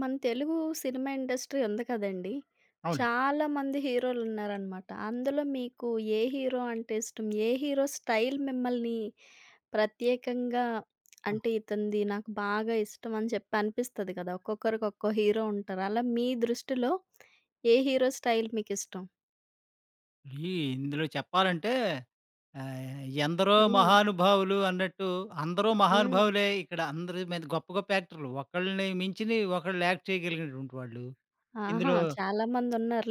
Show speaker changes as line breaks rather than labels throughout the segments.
మన Telugu cinema industry ఉంది కదండీ!
అవునండి.
చాలా మంది హీరోలున్నారనమాట. అందులో మీకు ఏ హీరో అంటే ఇష్టం? ఏ హీరో స్టైల్ మిమ్మల్ని ప్రత్యేకంగా
ఆ!
అంటే ఇతనిది నాకు బాగా ఇష్టం అని చెప్పి అనిపిస్తది కదా! ఒక్కొక్కరికి ఒక్కో హీరో ఉంటారు. అలా మీ దృష్టిలో ఏ హీరో స్టైల్ మీకిష్టం?
ఈ ఇందులో చెప్పాలంటే ఎందరో
హ్మ్.
మహానుభావులు అన్నట్టు అందరూ
హ్మ్.
మహానుభావులే. ఇక్కడ అందరి మీద గొప్ప గొప్ప యాక్టర్లు. ఒకళ్ళని మించిని ఒకళ్ళు యాక్ట్ చేయగలిగినటువంటి వాళ్ళు.
ఆహా!
ఇందులో
చాలా మందున్నారు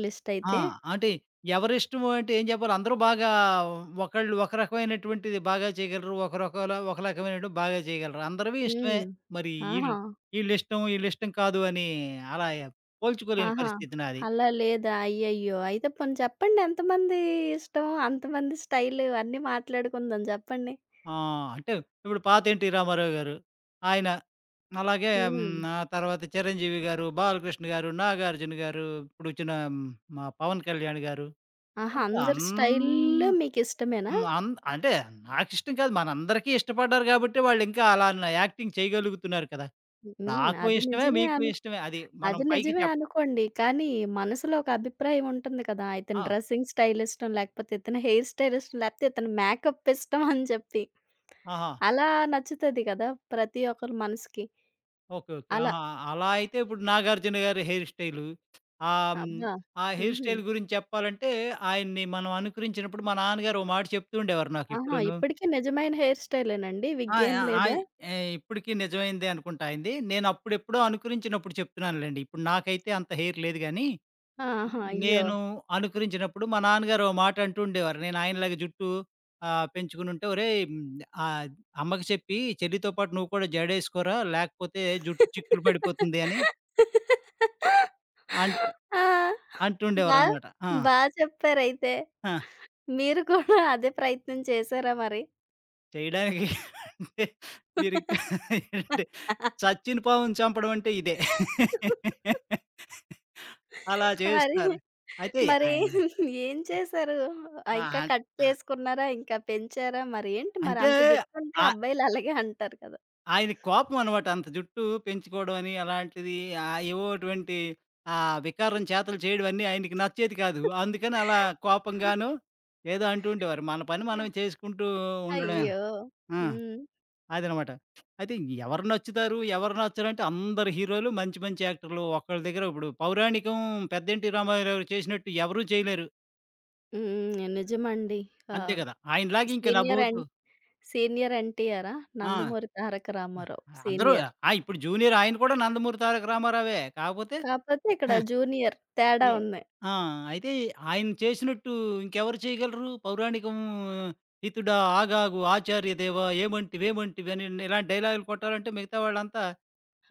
ఆ!
లిస్టయితే.
అంటే ఎవరిష్టము అంటే ఏం చెప్పాలి, అందరూ బాగా ఒకళ్ళు ఒక రకమైనటువంటిది బాగా చేయగలరు. ఒకరొకలా ఒక రకమైనటు బాగా చేయగలరు. అందరివి ఇష్టమే.
హ్మ్.
మరి
ఆహా!
ఈళ్ళిష్టం, కాదు అని అలా పోల్చుకోలేని
ఆహా!
పరిస్థితి నాది.
అలా లేదా? అయ్యయ్యో! అయితే పోనీ చెప్పండి ఎంతమంది ఇష్టం? అంతమంది స్టైలు అన్నీ మాట్లాడుకుందాం జెప్పండి.
ఆ! అంటే ఇప్పుడు పాత 'ఎన్టీ రామారావు' గారు, ఆయన, అలాగే
హ్మ్.
ఆ తర్వాత 'చిరంజీవి' గారు, 'బాలకృష్ణ' గారు, 'నాగార్జున' గారు, ఇప్పుడొచ్చిన మా 'పవన్ కళ్యాణ్' గారు.
ఆహా!
అంతే
అందరి
అన్
స్టైల్లు మీకిష్టమేనా?
హ్మ్. అన్ అంటే నాకిష్టం కాదు. మనందరికీ ఇష్టపడ్డారు గాబట్టే వాళ్ళింకా అలా యాక్టింగ్ చేయగలుగుతున్నారు కదా!
హ్మ్.
నాకు ఇష్టమే. మీకు ఇష్టమే. అది మనం
అది
పైకి
నిజమే
చెప్పం.
అనుకోండి. కానీ మనసులో ఒక అభిప్రాయం ఉంటుంది కదా! ఇతని
ఆ!
డ్రెస్సింగ్ స్టైల్ ఇష్టం, లేకపోతే ఇతని హెయిర్ స్టైల్ ఇష్టం, లేకపోతే ఇతని మేకప్ ఇష్టం అని చెప్పి.
ఆహా!
అలా నచ్చుతది కదా! ప్రతి ఒక్కరి మనసుకి.
Okay, okay.
అలా.
ఆహా! అలా అయితే ఇప్పుడు 'నాగార్జున' గారి హెయిర్ స్టైలు, ఆహ్, హ్మ్,
అబ్బా!
ఆ హెయిర్
హుహు.
స్టైల్ గురించి చెప్పాలంటే, ఆయన్ని మనం అనుకరించినప్పుడు మా నాన్నగారు ఓ మాట చెప్తూ ఉండేవారు నాకు
ఆహా!
ఇప్పుడును.
ఇప్పటికి నిజమైన హెయిర్ స్టైలేనండి?
ఆ!
విగ్గేం
ఆ!
లేదా?
ఆయి ఏ ఇప్పటికి నిజమైందే అనుకుంటా ఆయనది. నేను అప్పుడెప్పుడో అనుకరించినప్పుడు చెప్తున్నానులెండి. ఇప్పుడు నాకైతే అంత హెయిర్ లేదు గానీ,
ఆహా! అయ్యో!
నేను అనుకరించినప్పుడు మా నాన్నగారు ఓ మాట అంటూ ఉండేవారు. నేను ఆయనలాగా జుట్టు పెంచుకునుంటే, "ఒరేయ్! ఆహ్, అమ్మకి చెప్పి చెల్లితో పాటు నువ్వు కూడా జడేసుకోరా, లేకపోతే జుట్టు చిక్కులు పడిపోతుంది" అని అంట్
ఆ! బా
అంటుండేవారనమాట. ఆ!
బా చెప్పారయితే.
ఆ!
మీరు కూడా అదే ప్రయత్నం చేశారా మరి?
చేయడానికి, అంటే, మీరింకా, ఏంటంటే, చచ్చిన పావుని చంపడం అంటే ఇదే. అలా
మరి,
చేస్తున్నారు. అయితే
మరి
ఆయన,
ఏం చేశారు? ఆహ్,
ఆ!
ఇంకా
అన్
కట్
ఆ!
చేసుకున్నారా? ఇంకా పెంచారా? మరి ఏంటి మరి
అంటే
అంత జుట్టుంటే
ఆ
అబ్బాయిలు అలాగే అంటారు కదా!
ఆయన కోపం అనమాట. అంత జుట్టు పెంచుకోవడం అని అలాంటిది ఏవోటువంటి ఆ వికారం చేతలు చేయడం అన్నీ ఆయనకి నచ్చేది కాదు. అందుకని అలా కోపంగాను ఏదో అంటూ ఉండేవారు. మన పని మనం చేసుకుంటూ ఉండడమేన.
అయ్యో!
ఆ!
హ్మ్.
అదనమాట. అయితే ఎవరు నచ్చుతారు? ఎవరు నచ్చరంటే అందరు హీరోలు మంచి మంచి యాక్టర్లు. ఒకళ్ళ దగ్గర ఇప్పుడు పౌరాణికం 'పెద్దంటి రామారావు' గారు చేసినట్టు ఎవరు చేయలేరు.
హ్మ్. నిజమండి. ఆ!
అంతే కదా! ఆయనలాగా ఇంక
సీనియర్ ఎన్
నభూతు.
సీనియర్ ఎన్టీఆరా?
ఆ!
'నందమూరి తారక రామారావు'
అందరూ
సీనియర్.
ఆ! ఇప్పుడు జూనియర్ ఆయన కూడా 'నందమూరి తారక రామారావే.' కాకపోతే
కాపోతే ఇక్కడ జూనియర్ తేడా
ఏ
ఉంది.
ఆ! అయితే ఆయన చేసినట్టు ఇంకెవరు చేయగలరు? పౌరాణికం "ఇతుడా ఆగాగు ఆచార్య దేవా ఏమంటివేమంటివి" అని ఇలాంటి డైలాగులు కొట్టాలంటే మిగతా వాళ్ళంతా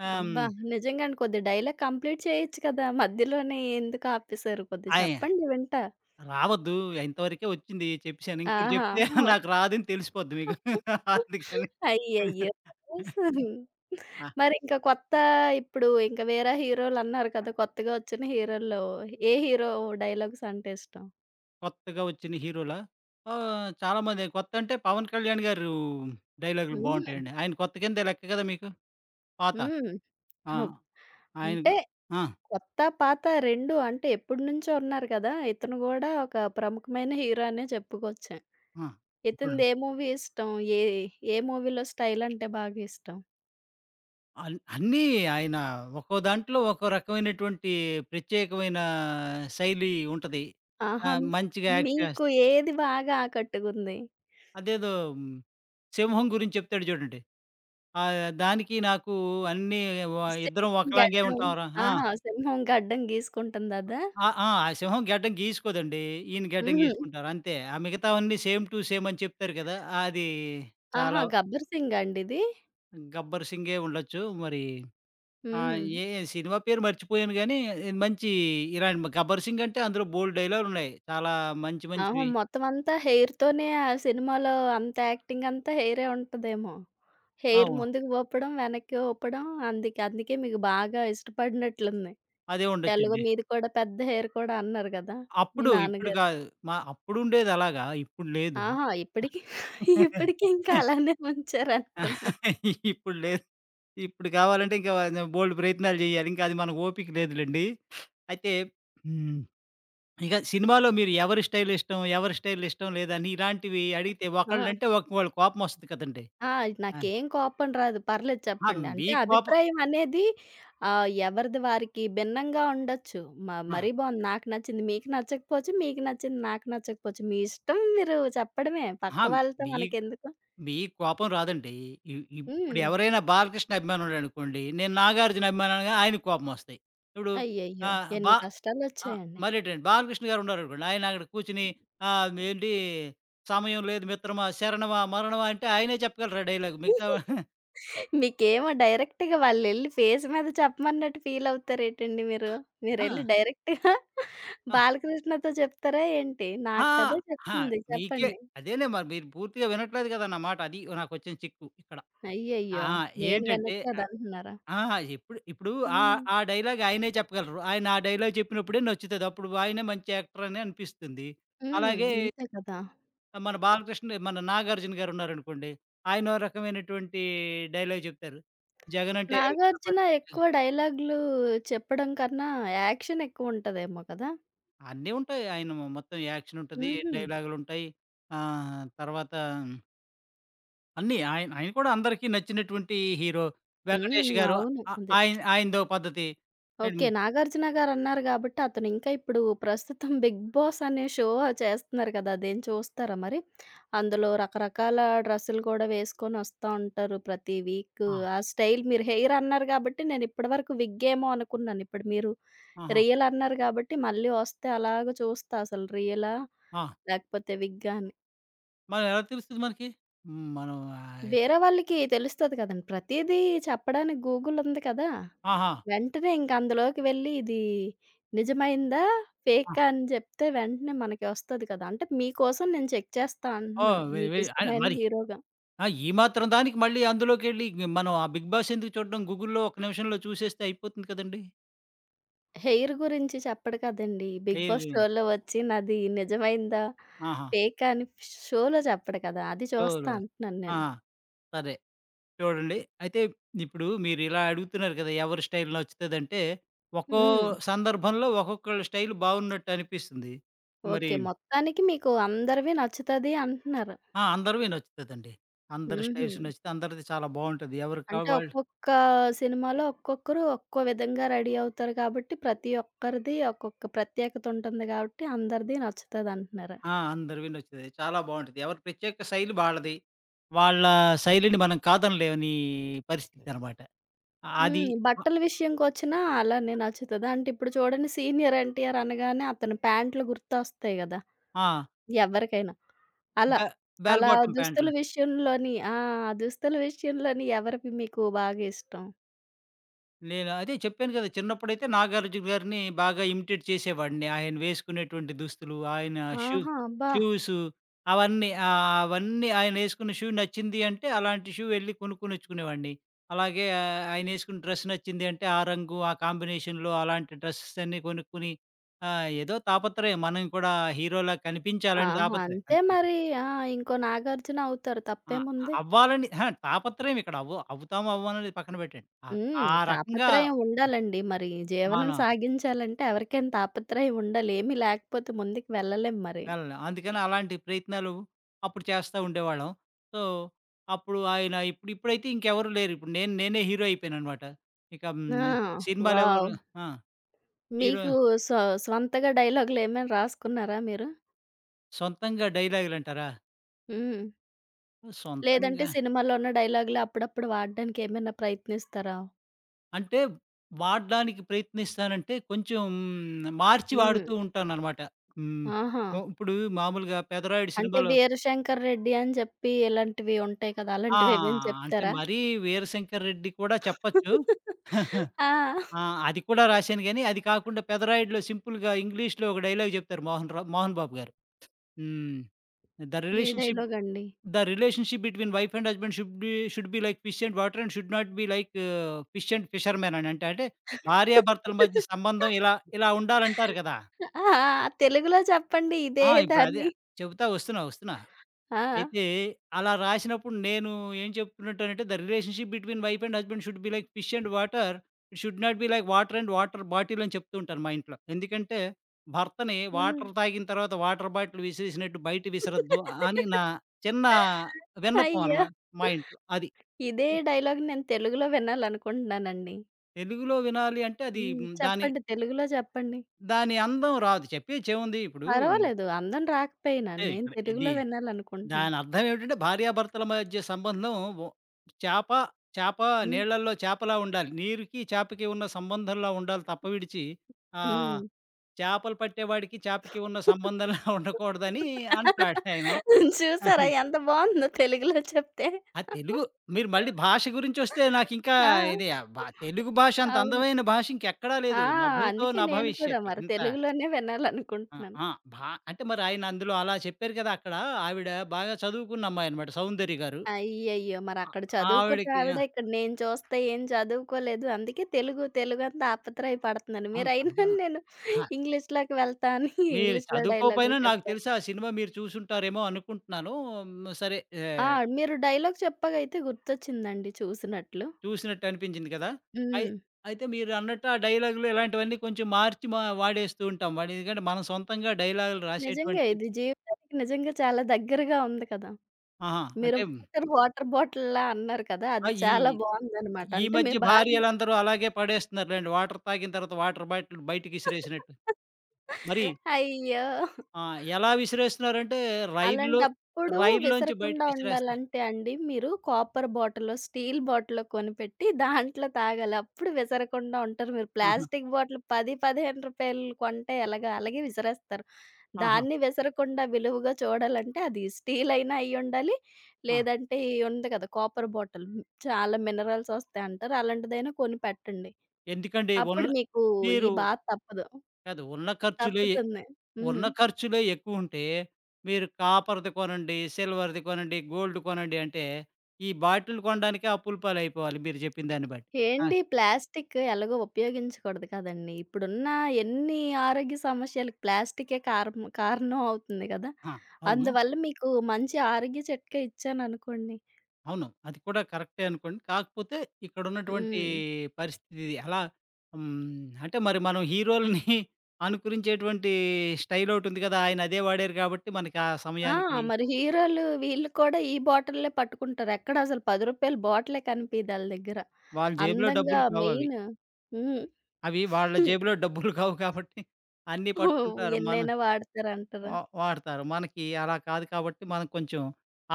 ఆహ్, హ్మ్.
అబ్బా! నిజంగానే కొద్ది డైలాగ్ కంప్లీట్ చేయొచ్చు కదా! మధ్యలోనే ఎందుకు ఆపేసారు? కొద్దిగా
అయ్
చెప్పండి వింటా.
రావద్దు. ఇంతవరకే వచ్చింది చెప్పేసాను. ఇంకోటి
ఆహా!
చెప్తే నాకు రాదని తెలిసిపోద్ది మీకు. అందుకని.
అయ్యయ్యో!
ఆ!
మరి ఇంకా కొత్త ఇప్పుడు ఇంకా వేరే హీరోలన్నారు కదా! కొత్తగా వచ్చిన హీరోల్లో ఏ హీరో డైలాగ్స్ అంటే ఇష్టం?
కొత్తగా వచ్చిన హీరోలా? చాలామంది కొత్తంటే 'పవన్ కళ్యాణ్' గారు డైలాగులు
హుహు.
బావుంటాయండి. ఆయన కొత్త కిందే లెక్క కదా మీకు. పాత.
హ్మ్.
ఆ!
ఓహ్! అంటే
ఆయనకు ఆ!
కొత్త, పాత 2 అంటే ఎప్పటినుంచో ఉన్నారు కదా! ఇతను గూడా ఒక ప్రముఖమైన హీరో అనే చెప్పుకోవచ్చు.
ఆ! ఇప్పుడు
ఇతనిది ఏ మూవీ ఇష్టం? ఏ ఏ మూవీలో స్టైల్ అంటే బాగా ఇష్టం?
అన్నీ ఆయన ఒక్కో దాంట్లో ఒక్కో రకమైనటువంటి ప్రత్యేకమైన శైలి ఉంటది. ఆ!
ఆహా!
మంచిగా యాక్ట్
మీకు
చేస్త,
ఏది బాగా ఆకట్టుకుంది?
అదేదో మ్, 'సింహం' గురించి చెప్తాడు చూడండి. ఆ! దానికి నాకు అన్నీ వ ఇద్దరం
సింహం
ఒకలాగే
గడ్డం
ఉంటాంరా. ఆ!
ఆహా! సింహం గడ్డం గీసుకుంటుంది అదా?
ఆ సింహం గెడ్డం గీసుకోదండి. ఈయన గెడ్డం
హుహు.
గీసుకుంటారు అంతే. ఆ మిగతావన్నీ సేమ్ టు సేమ్ అని చెప్తారు కదా! అది
ఆహా!
చాలా.
'గబ్బర్ సింగ్' అండి ఇది?
గబ్బర్ సింగే ఉండొచ్చు. మరి ఆ!
హ్మ్.
ఏ సినిమా పేరు మర్చిపోయాను గానీ, ఇది మంచి ఇలాంటి 'గబ్బర్ సింగ్' అంటే అందులో బోలెడు డైలాగులున్నాయి. చాలా మంచి
ఆహా!
మంచివి.
మొత్తం అంతా హెయిర్‌తోనే ఆ సినిమాలో అంత యాక్టింగ్ అంతా హెయిరే ఉంటదేమో. హెయిర్
అవు
ముందుకు ఊపడం, వెనక్కి ఊపడం అందుకే అందుకే మీకు బాగా ఇష్టపడినట్లుంది.
అదే
ఎలాగో
ఉండొచ్చండి.
మీది కూడా పెద్ద హెయిర్ కూడా అన్నారు గదా! మీ
అప్పుడు, ఇప్పుడు
నాన్నగారు.
కాదు. మా అప్పుడుండేదలాగా, ఇప్పుడు లేదు.
ఆహా! ఇప్పటికి ఇప్పటికి ఇంకా అలానే ఉంచారనుకున్నా.
ఇప్పుడు లేదు. ఇప్పుడు కావాలంటే ఇంకా బోలెడు ప్రయత్నాలు జేయాలి. ఇంకా అది మనకు ఓపిక లేదులెండి. అయితే. హ్మ్. ఇక సినిమాలో మీరు ఎవరి స్టైల్ ఇష్టం? ఎవరి స్టైల్ ఇష్టం లేదని ఇలాంటివి అడిగితే
ఆ!
ఒకళ్ళంటే ఒకళ్ళ కోపమొస్తది కదండీ!
ఆ!
ఆ!
నాకేం కోపం రాదు. పర్లేదు
ఆ!
చెప్పండి.
మీ
అంటే
కోపం,
అభిప్రాయం అనేది ఆహ్, ఎవరిది వారికి భిన్నంగా ఉండొచ్చు. మ
అహా,
మరీ బావుంది. నాకు నచ్చింది మీకు నచ్చకపోవచ్చు, మీకు నచ్చింది నాకు నచ్చకపోవచ్చు. మీ ఇష్టం మీరు చెప్పడమే. పక్క
అహా,
వాళ్ళతో
మీ
మనకెందుకు.
మీ కోపం రాదండి. ఇ ఇప్పుడు
హ్మ్.
ఎవరైనా బాలకృష్ణ అభిమానుడనుకోండి. నేను నాగార్జున అభిమానిగా ఆయనకి కోపమొస్తాయి. ఇప్పుడు
అయ్యయ్యో!
ఆహ్, బా
ఎన్ని
ఆ!
కష్టాలొచ్చాయండి.
మరేటండి బాలకృష్ణ గారున్నారనుకోండి. ఆయన అక్కడ కూర్చొని ఏంటి సమయం లేదు మిత్రమా, శరణమా, మరణమా అంటే ఆయనే చెప్పగలరు ఆ డైలాగ్. మిగతా వా-
మీకేమో డైరెక్ట్‌గా వాళ్ళెళ్లి ఫేస్ మీద చెప్పమన్నట్టు ఫీలవుతారేటండి మీరు?
ఆ!
మీరెళ్లి డైరెక్ట్‌గా
ఆహ్,
బాలకృష్ణతో చెప్తారా ఏంటి?
ఆ!
నాకు కదా
ఆ!
చెప్తుంది
మీకే
చెప్పండి.
అదేలే, మరి మీరు పూర్తిగా వినట్లేదు కదా! నా మాట. అది నాకొచ్చిన చిక్కు ఇక్కడ. ఆ!
అయ్యయ్యో! నేను
ఏంటంటే,
వినట్లేదంటున్నారా?
ఆహా, ఎప్పుడు, ఇప్పుడు ఆ
హ్మ్.
ఆ డైలాగ్ ఆయనే చెప్పగలరు. ఆయన ఆ డైలాగ్ చెప్పినప్పుడే నచ్చుతది. అప్పుడు ఆయనే మంచి యాక్టర్ అని అనిపిస్తుంది.
హ్మ్.
అలాగే
అంతే కదా!
మన బాలకృష్ణ, మన 'నాగార్జున' గారున్నారనుకోండి. ఆయనో రకమైనటువంటి డైలాగ్ చెప్తారు. 'జగన్ అంటే ఎలికల
'నాగార్జున'
బండి'.
ఎక్కువ డైలాగులు చెప్పడం కన్నా యాక్షన్ ఎక్కువుంటదేమో కదా!
అన్నీ ఉంటాయి. ఆయన మొత్తం యాక్షన్ ఉంటది.
హుహు.
డైలాగులుంటాయి. తర్వాత అన్నీ ఆయన ఆయన కూడా అందరికీ నచ్చినటువంటి హీరో.
హ్మ్.
'వెంకటేష్' గారు,
అవును. అదే.
ఆయన ఆయనదో పద్ధతి. హ్మ్.
ఓకే. 'నాగార్జున' గారన్నారు గాబట్టి అతనింకా ఇప్పుడు ప్రస్తుతం 'బిగ్ బాస్' అనే షో చేస్తున్నారు గదా! అదేం చూస్తారా మరి? అందులో రకరకాల డ్రెస్సులు గూడా వేసుకొనొస్తా ఉంటారు ప్రతి వీక్.
ఆ!
ఆ స్టైల్ మీరు హెయిర్ అన్నారు గాబట్టి నేనిప్పటి వరకు విగ్గేమో అనుకున్నాను. ఇప్పుడు మీరు
ఆహా!
రియల్ అన్నారు గాబట్టి మళ్ళీ ఒస్తే అలాగ చూస్తా అసలు రియలా?
ఆ!
లేకపోతే విగ్గా అని.
మరి ఎలా తెలుస్తది మనకి? హ్మ్. మనం ఆహ్,
వేరే వాళ్ళకి తెలుస్తది కదండీ. ప్రతీదీ చెప్పడానికి గూగుల్ ఉంది కదా!
ఆహా!
వెంటనే ఇంక అందులోకి వెళ్ళి ఇది నిజమైందా?
ఆ!
ఫేకా అని జెప్తే వెంటనే మనకి వస్తది కదా! అంటే మీకోసం నేను చెక్ చేస్తా
ఓహ్!
అంటున్నాను.
వె వె ఆహ్,
మీకిష్టమైన
మరి
హీరోగా.
ఆ! ఈ మాత్రం దానికి మళ్ళీ అందులోకెళ్ళి మనం ఆ 'బిగ్ బాస్' ఎందుకు చూడడం? గూగుల్‌లో ఒక నిమిషంలో చూసేస్తే అయిపోతుంది కదండీ.
హెయిర్ గురించి చెప్పడు కదండీ! 'బిగ్
ఎయిర్
బాస్' షోలో వచ్చి నాది నిజమైందా?
ఆహా!
ఫేకా అని షోలో చెప్పడు కదా! అది చూస్తా
షోలు,
అంటున్నాను
ఆ!
నేను.
సరే, చూడండి. అయితే ఇప్పుడు మీరు ఇలా అడుగుతున్నారు కదా! ఎవరి స్టైల్ నచ్చుతదంటే, ఒక్కో
హ్మ్.
సందర్భంలో ఒక్కొక్కళ్ళ స్టైల్ బాగున్నట్టు అనిపిస్తుంది. మరి,
ఓకే. మొత్తానికి మీకు అందరివి నచ్చుతది అంటున్నారు.
అందరివి నచ్చుతదండి. అందరి
హుహు.
స్టైల్స్ నచ్చితే అందరిది చాలా బావుంటది. ఎవరికి
అంటే
కావాలి,
ఒక్కొక్క సినిమాలో ఒక్కొక్కరు ఒక్కో విధంగా రెడీ అవుతారు కాబట్టి, ప్రతి ఒక్కరిది ఒక్కొక్క ప్రత్యేకత ఉంటుంది కాబట్టి అందరిది నచ్చుతదంటున్నారు.
అందరు వినొచ్చేది. చాలా బావుంటది. ఎవరి ప్రత్యేక శైలి వాళ్ళది. వాళ్ళ శైలిని మనం కాదనలేని పరిస్థితనమాట. అది.
హ్మ్.
ఆ!
బట్టల విషయంకొచ్చినా అలానే నచ్చుతదా? అంటే ఇప్పుడు చూడండి 'సీనియర్ ఎన్టీఆర్' అనగానే అతని ప్యాంట్లు గుర్తొస్తాయి గదా!
ఆ!
ఎవరికైనా. అలా.
బె బెల్
అలా
బాటమ్
దుస్తుల
ప్యాంట్లు.
విషయంలోని ఆ! దుస్తుల విషయంలోని ఎవరివి మీకు బాగా ఇష్టం?
నేను అదే చెప్పాను కదా! చిన్నప్పుడైతే 'నాగార్జున' గారిని బాగా ఇమిటేట్ చేసేవాడిని. ఆయన వేసుకునేటువంటి దుస్తులు, ఆయన షూ
ఆహా! అబ్బా!
షూసు అవన్నీ, అవన్నీ ఆయన ఏసుకున్న షూ నచ్చింది అంటే, అలాంటి షూ ఎళ్లి కొనుక్కొనొచ్చుకునేవాడిని. అలాగే ఆయనేసుకున్న డ్రెస్ నచ్చింది అంటే, ఆ రంగు, ఆ కాంబినేషన్‌లో అలాంటి డ్రెసెస్ అన్నీ కొనుక్కొని ఏదో తాపత్రయం మనం కూడా హీరోలా కనిపించాలని
ఆహా!
తాపత్రయం.
అంతే
అంతే.
మరి. ఆ! ఇంకో 'నాగార్జున' అవుతారు
ఆ!
తప్పేముంది.
అవ్వాలని అహా, తాపత్రయం. ఇక్కడ అవ్వు, అవుతామో అవ్వమో అనేది పక్కన పెట్టండి. ఆ
హ్మ్.
ఆ రకంగా
తాపత్రయం ఉండాలండి. మరి జీవనం
మనం
సాగించాలంటే ఎవరికైనా తాపత్రయం ఉండాలి. ఏమీ లేకపోతే ముందుకు వెళ్ళలేం మరి.
వెళ్ళను. అందుకని అలాంటి ప్రయత్నాలు అప్పుడు చేస్తా ఉండేవాళ్ళం. సో, అప్పుడు ఆయన, ఇప్పుడు, ఇప్పుడైతే ఇంకెవరు లేరు. ఇప్పుడు నేను, నేనే హీరో అయిపోయాననమాట. ఇక
ఆ!
హ్మ్.
వావ్!
సినిమాలెవరు, ఆ! హీరో,
మీకు స్వ స్వంతగా డైలాగులేమైనా రాసుకున్నారా మీరు?
సొంతంగా డైలాగులంటారా?
హ్మ్. లేదంటే
సొంతంగా,
సినిమాలో ఉన్న డైలాగులే అప్పుడప్పుడు వాడడానికి ఏమైనా ప్రయత్నిస్తారా?
అంటే, వాడడానికి ప్రయత్నిస్తానంటే కొంచెం మార్చి
హ్మ్.
వాడుతూ ఉంటాననమాట. హ్మ్.
ఆహా!
ఓ ఇప్పుడు మామూలుగా 'పెదరాయుడు'
అంటే
సినిమాలో
'వీరశంకర్ రెడ్డి' అని చెప్పి ఇలాంటివి ఉంటాయి కదా!
ఆ!
అలాంటివేమైనా
అంటే
చెప్తారా?
మరీ 'వీరశంకర్ రెడ్డి' కూడా చెప్పొచ్చు.
ఆ!
ఆ! అది కూడా రాశాను గానీ, అది కాకుండా పెదరాయుడులో సింపుల్‌గా ఇంగ్లీష్‌లో ఒక డైలాగ్ చెప్తారు మోహన్ బాబు గారు. హ్మ్. ద
ఏ
రిలేషన్‌షిప్
డైలాగండి?
The relationship between wife and husband should be like fish and water and should not be like fish and ఫిషర్‌మెన్ అని, అంటే, అంటే భార్యాభర్తల మధ్య సంబంధం ఇలా ఇలా ఉండాలంటారు కదా!
ఆ! తెలుగులో చెప్పండి ఇదే
ఇప్పుడు అదే
దాన్ని.
చెప్తా, వస్తున్నా.
ఆ!
అయితే అలా రాసినప్పుడు నేను ఏం చెప్తున్నట్టానంటే, the relationship between wife and husband should be like fish and water. It should not be like water and water bottle అని చెప్తూ ఉంటాను మా ఇంట్లో. ఎందుకంటే, భర్తని
హ్మ్.
వాటర్ తాగిన తర్వాత వాటర్ బాటిల్ విసిరేసినట్టు బయట విసరొద్దు అని నా చిన్న విన్నపం
అయ్యో!
అన్నమాట మా ఇంట్లో. అది.
ఇదే
ఓకే.
డైలాగ్ నేను తెలుగులో వినాలనుకుంటున్నానండి.
తెలుగులో వినాలి అంటే అది
హ్మ్.
దాని,
చెప్పండి తెలుగులో చెప్పండి.
దాని అందం రాదు. చెప్పేచేముంది ఇప్పుడు,
పర్వాలేదు అందం రాకపోయినా
అంటే,
నేను
ఇక్కడ ఇది
తెలుగులో వినాలనుకుంటున్నాను.
దానర్థం ఏమిటంటే భార్యాభర్తల మధ్య సంబంధం, వ చేప, చేప
హ్మ్.
నీళ్ళల్లో చేపలా ఉండాలి. నీరుకి, చేపకి ఉన్న సంబంధంలా ఉండాలి తప్ప విడిచి ఆహ్,
హ్మ్.
చేపలు పట్టేవాడికి, చేపకి ఉన్న సంబంధంలా ఉండకూడదని అంటాడాయన.
చూసారా ఎంత బావుందో తెలుగులో చెప్తే.
ఆ తెలుగు, మీరు మళ్ళీ భాష గురించొస్తే నాకింకా
ఆ!
ఇది ఆహ్, బ తెలుగు భాష అంత
అవును.
అందమైన భాష ఇంకెక్కడా
ఆ!
లేదు. 'నభూతో
అందుకే నేను కూడా
నభవిష్యతి'.
మరి
ఇంత.
తెలుగులోనే
ఆ!
వినాలనుకుంటున్నాను.
ఆ! భా అంటే మరి ఆయన అందులో అలా చెప్పారు కదా! అక్కడ ఆవిడ బాగా చదువుకున్న అమ్మాయనమాట, 'సౌందర్య' గారు.
అయ్యయ్యో!
ఆ
మరక్కడ
ఆవిడకి
చదువుకున్నావిడ ఇక్కడ నేను చూస్తే ఏం చదువుకోలేదు. అందుకే తెలుగు తెలుగని తాపత్రయ పడుతున్నాను.
అవును,
మీరైనా
తప్ప,
నేను
అహా,
ఇంగ్లీష్‌లోకి వెళ్తా అని
మీరు
ఇంగ్లీష్‌లో డైలాగులు
చదువుకోపోయినా నాకు
చెప్పారు.
తెలిసి ఆ సినిమా మీరు చూసుంటారేమో అనుకుంటున్నాను. హ్మ్. సరే.
ఆ!
ఆహ్,
మీరు డైలాగ్ చెప్పగా అయితే గుర్తొచ్చిందండి చూసినట్లు.
చూసినట్టు అనిపించింది కదా! అయి
హ్మ్.
అయితే మీరన్నట్టు ఆ డైలాగులు ఇలాంటివన్నీ కొంచెం మార్చి వాడేస్తూ ఉంటాం. వాడి, ఎందుకంటే మనం సొంతంగా డైలాగులు
నిజంగా
రాసేటువంటి,
ఇది జీవితానికి నిజంగా చాలా దగ్గరగా ఉంది కదా!
ఆహా,
మీరు
అంటే
వాటర్ వాటర్ బాటిల్‌లా అన్నారు కదా! అది
ఆహ్, ఈ
చాలా బావుందనమాట.
ఈ
అంటే మీ
మధ్య భార్యలందరూ అలాగే పడేస్తున్నారులెండి. వాటర్ తాగిన తర్వాత వాటర్ బాటిల్ బయటకి విసిరేసినట్టు.
భార్య
మరి
అయ్యో!
ఎలా విసిరేస్తున్నారంటే రైల్లో
అలాంటప్పుడు
రైల్లోంచి
విసరకుండా
బయటకి విసిరేస్తా.
ఉండాలంటే అండి, మీరు కాపర్ బాటిలో, స్టీల్ బాటిల్లో కొనిపెట్టి దాంట్లో తాగాలి. అప్పుడు విసరకుండా ఉంటారు మీరు.
ఆహా!
ప్లాస్టిక్ బాటిల్ రూ. 10, రూ. 15 కొంటే ఎలాగా? అలాగే విసిరేస్తారు.
ఆహా!
దాన్ని విసరకుండా విలువగా చూడాలంటే అది స్టీల్ అయినా అయ్యుండాలి.
ఆ!
లేదంటే ఈ ఉంది కదా! Copper bottle. చాలా మినరల్స్ వస్తాయి అంటారు. అలాంటిదైనా కొని పెట్టండి.
ఎందుకండి
అప్పుడు
ఉన్న,
మీకు ఈ
మీరు,
బాధ తప్పదు.
కాదు, ఉన్న ఖర్చులే ఎ-,
తప్పుతుంది.
ఉన్న
హ్మ్.
ఖర్చులే ఎక్కువుంటే, మీరు కాపర్‌ది కొనండి, సిల్వర్‌ది కొనండి, గోల్డ్ కొనండి అంటే, ఈ బాటిల్ కొనడానికే అప్పుల పాలైపోవాలి మీరు చెప్పిన దాన్ని బట్టి. ఆ!
ఏండి ప్లాస్టిక్ ఎలాగో ఉపయోగించకూడదు కదండీ! ఇప్పుడున్న ఎన్ని ఆరోగ్య సమస్యలకు ప్లాస్టికే కారణం అవుతుంది కదా!
ఆ! అవును.
అందువల్ల మీకు మంచి ఆరోగ్య చిట్కా ఇచ్చాననుకోండి.
అవును. అది కూడా కరెక్టే అనుకోండి. కాకపోతే ఇక్కడున్నటువంటి
హ్మ్.
పరిస్థితి ఇది. అలా. హ్మ్. అంటే మరి మనం హీరోలని అనుకరించేటువంటి స్టైల్ ఒకటుంది కదా! ఆయన అదే వాడారు కాబట్టి మనకి ఆ
ఆ!
సమయానికి
మరి హీరోలు వీళ్ళు కూడా ఈ బాటిల్లే పట్టుకుంటారు. ఎక్కడ అసలు రూ. 10 బాటిలే కనిపియదు ఆళ్ళ దగ్గర.
వాళ్ళ జేబులో
అందంగా
డబ్బులు కావవి.
మెయిన్ హ్మ్.
అవి వాళ్ళ జేబులో డబ్బులు కావు కాబట్టి అన్నీ పట్టుకుంటారు. మనం
ఎన్నైనా వాడతారంటారా?
వాడతారు. మనకి అలా కాదు కాబట్టి మనం కొంచెం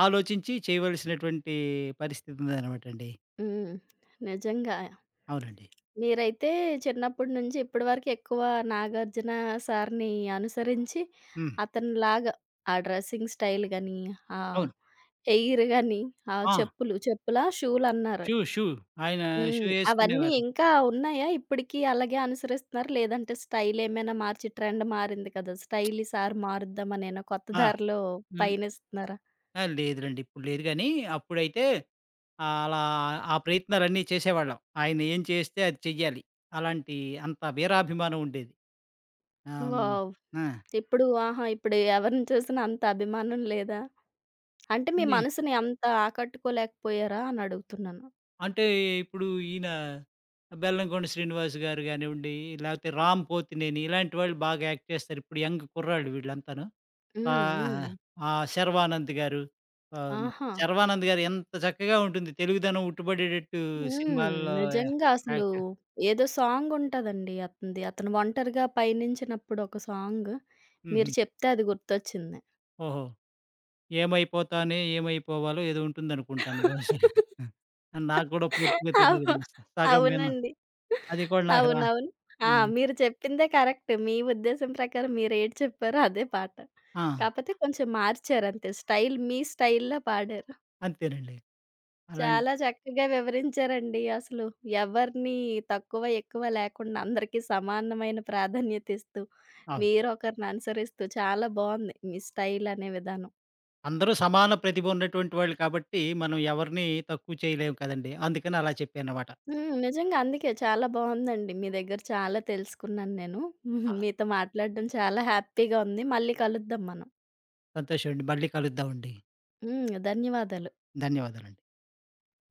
ఆలోచించి చేయవలసినటువంటి పరిస్థితి ఉందనమాటండి.
హ్మ్. నిజంగా.
అవునండి.
మీరైతే చిన్నప్పటి నుంచి ఇప్పటి వరకు ఎక్కువ 'నాగార్జున' సార్‌ని అనుసరించి
హ్మ్.
అతనిలాగా ఆ డ్రెస్సింగ్ స్టైల్ గాని, ఆ
అవును.
హెయిర్ గాని, ఆ
ఆ!
చెప్పులు చెప్పులా? షూలన్నారు.
Shoe, shoe. ఆయన
హ్మ్.
షూ
అవన్నీ
ఏసుకునేవారు.
ఇంకా ఉన్నాయా? ఇప్పటికి అలాగే అనుసరిస్తున్నారా? లేదంటే స్టైల్ ఏమైనా మార్చి ట్రెండ్ మారింది కదా! స్టైల్ ఈసారి మారుద్దామనేనా కొత్త
ఆ!
దారిలో
హ్మ్.
పయనిస్తున్నారా?
లేదులెండి, ఇప్పుడు లేదు గానీ, అప్పుడైతే అలా ఆ ప్రయత్నాలన్నీ చేసేవాళ్ళం. ఆయన ఏం చేస్తే అది చెయ్యాలి. అలాంటి అంత వీరాభిమానం ఉండేది. ఆహ్,
వావ్!
హ్మ్. ఆ!
ఇప్పుడు ఆహా! ఇప్పుడు ఎవరిని చూసినా అంత అభిమానం లేదా? అంటే మీ
ఉంది.
మనసుని అంత ఆకట్టుకోలేకపోయారా అని అడుగుతున్నాను.
అంటే ఇప్పుడు ఈయన బెల్లంకొండ శ్రీనివాస్ గారు గానివ్వండి, లేపోతే రామ్ పోతినేని, ఇలాంటి వాళ్ళు బాగా యాక్ట్ చేస్తారు. ఇప్పుడు యంగ్ కుర్రాళ్ళు వీళ్ళంతాను.
హ్మ్. హ్మ్.
ఆహ్, ఆ! శర్వానంద్ గారు. ఆహ్,
ఆహా!
శర్వానంద్ గారు ఎంత చక్కగా ఉంటుంది. తెలుగుదనం ఉట్టుబడేటట్టు
హ్మ్.
సినిమాల్లో
నిజంగా అసలు
యాక్ట్.
ఏదో సాంగ్ ఉంటదండి అతనిది. అతను ఒంటరిగా పయనించినప్పుడు ఒక సాంగ్.
హుహు.
మీరు చెప్తే అది గుర్తొచ్చింది.
ఓహో! ఏమైపోతానే, ఏమైపోవాలో ఏదో ఉంటుందనుకుంటాను బహుశా. నాకు కూడా పూర్తిగా
అవు
తెలీదులెండి. సగం విన్నా.
అవునండి.
అది కూడా నాకు రా.
అవునవును. ఆ!
ఆ!
మీరు చెప్పిందే కరెక్ట్. మీ ఉద్దేశం ప్రకారం మీరేటి చెప్పారో అదే పాట.
ఆ!
కాపోతే కొంచెం మార్చారంతే. స్టైల్ మీ స్టైల్‌లో పాడారు.
అంతేనండి. అలాంటి,
చాలా చక్కగా వివరించారండి. అసలు ఎవరిని తక్కువ, ఎక్కువ లేకుండా అందరికీ సమానమైన ప్రాధాన్యత ఇస్తూ,
అవును.
మీరొకరిని అనుసరిస్తూ చాలా బావుంది. మీ స్టైల్ అనే విధానం.
అందరూ సమాన ప్రతిభ ఉన్నటువంటి వాళ్ళు కాబట్టి, మనం ఎవరిని తక్కువ చేయలేము కదండీ! అందుకని అలా చెప్పానన్నమాట.
హ్మ్. నిజంగా అందుకే చాలా బావుందండి. మీ దగ్గర చాలా తెలుసుకున్నాను నేను.
ఆ!
మీతో మాట్లాడడం చాలా హ్యాపీగా ఉంది. మళ్ళీ కలుద్దాం మనం.
సంతోషమండి. మళ్ళీ కలుద్దామండి.
హ్మ్. ధన్యవాదాలు.
ధన్యవాదాలండి.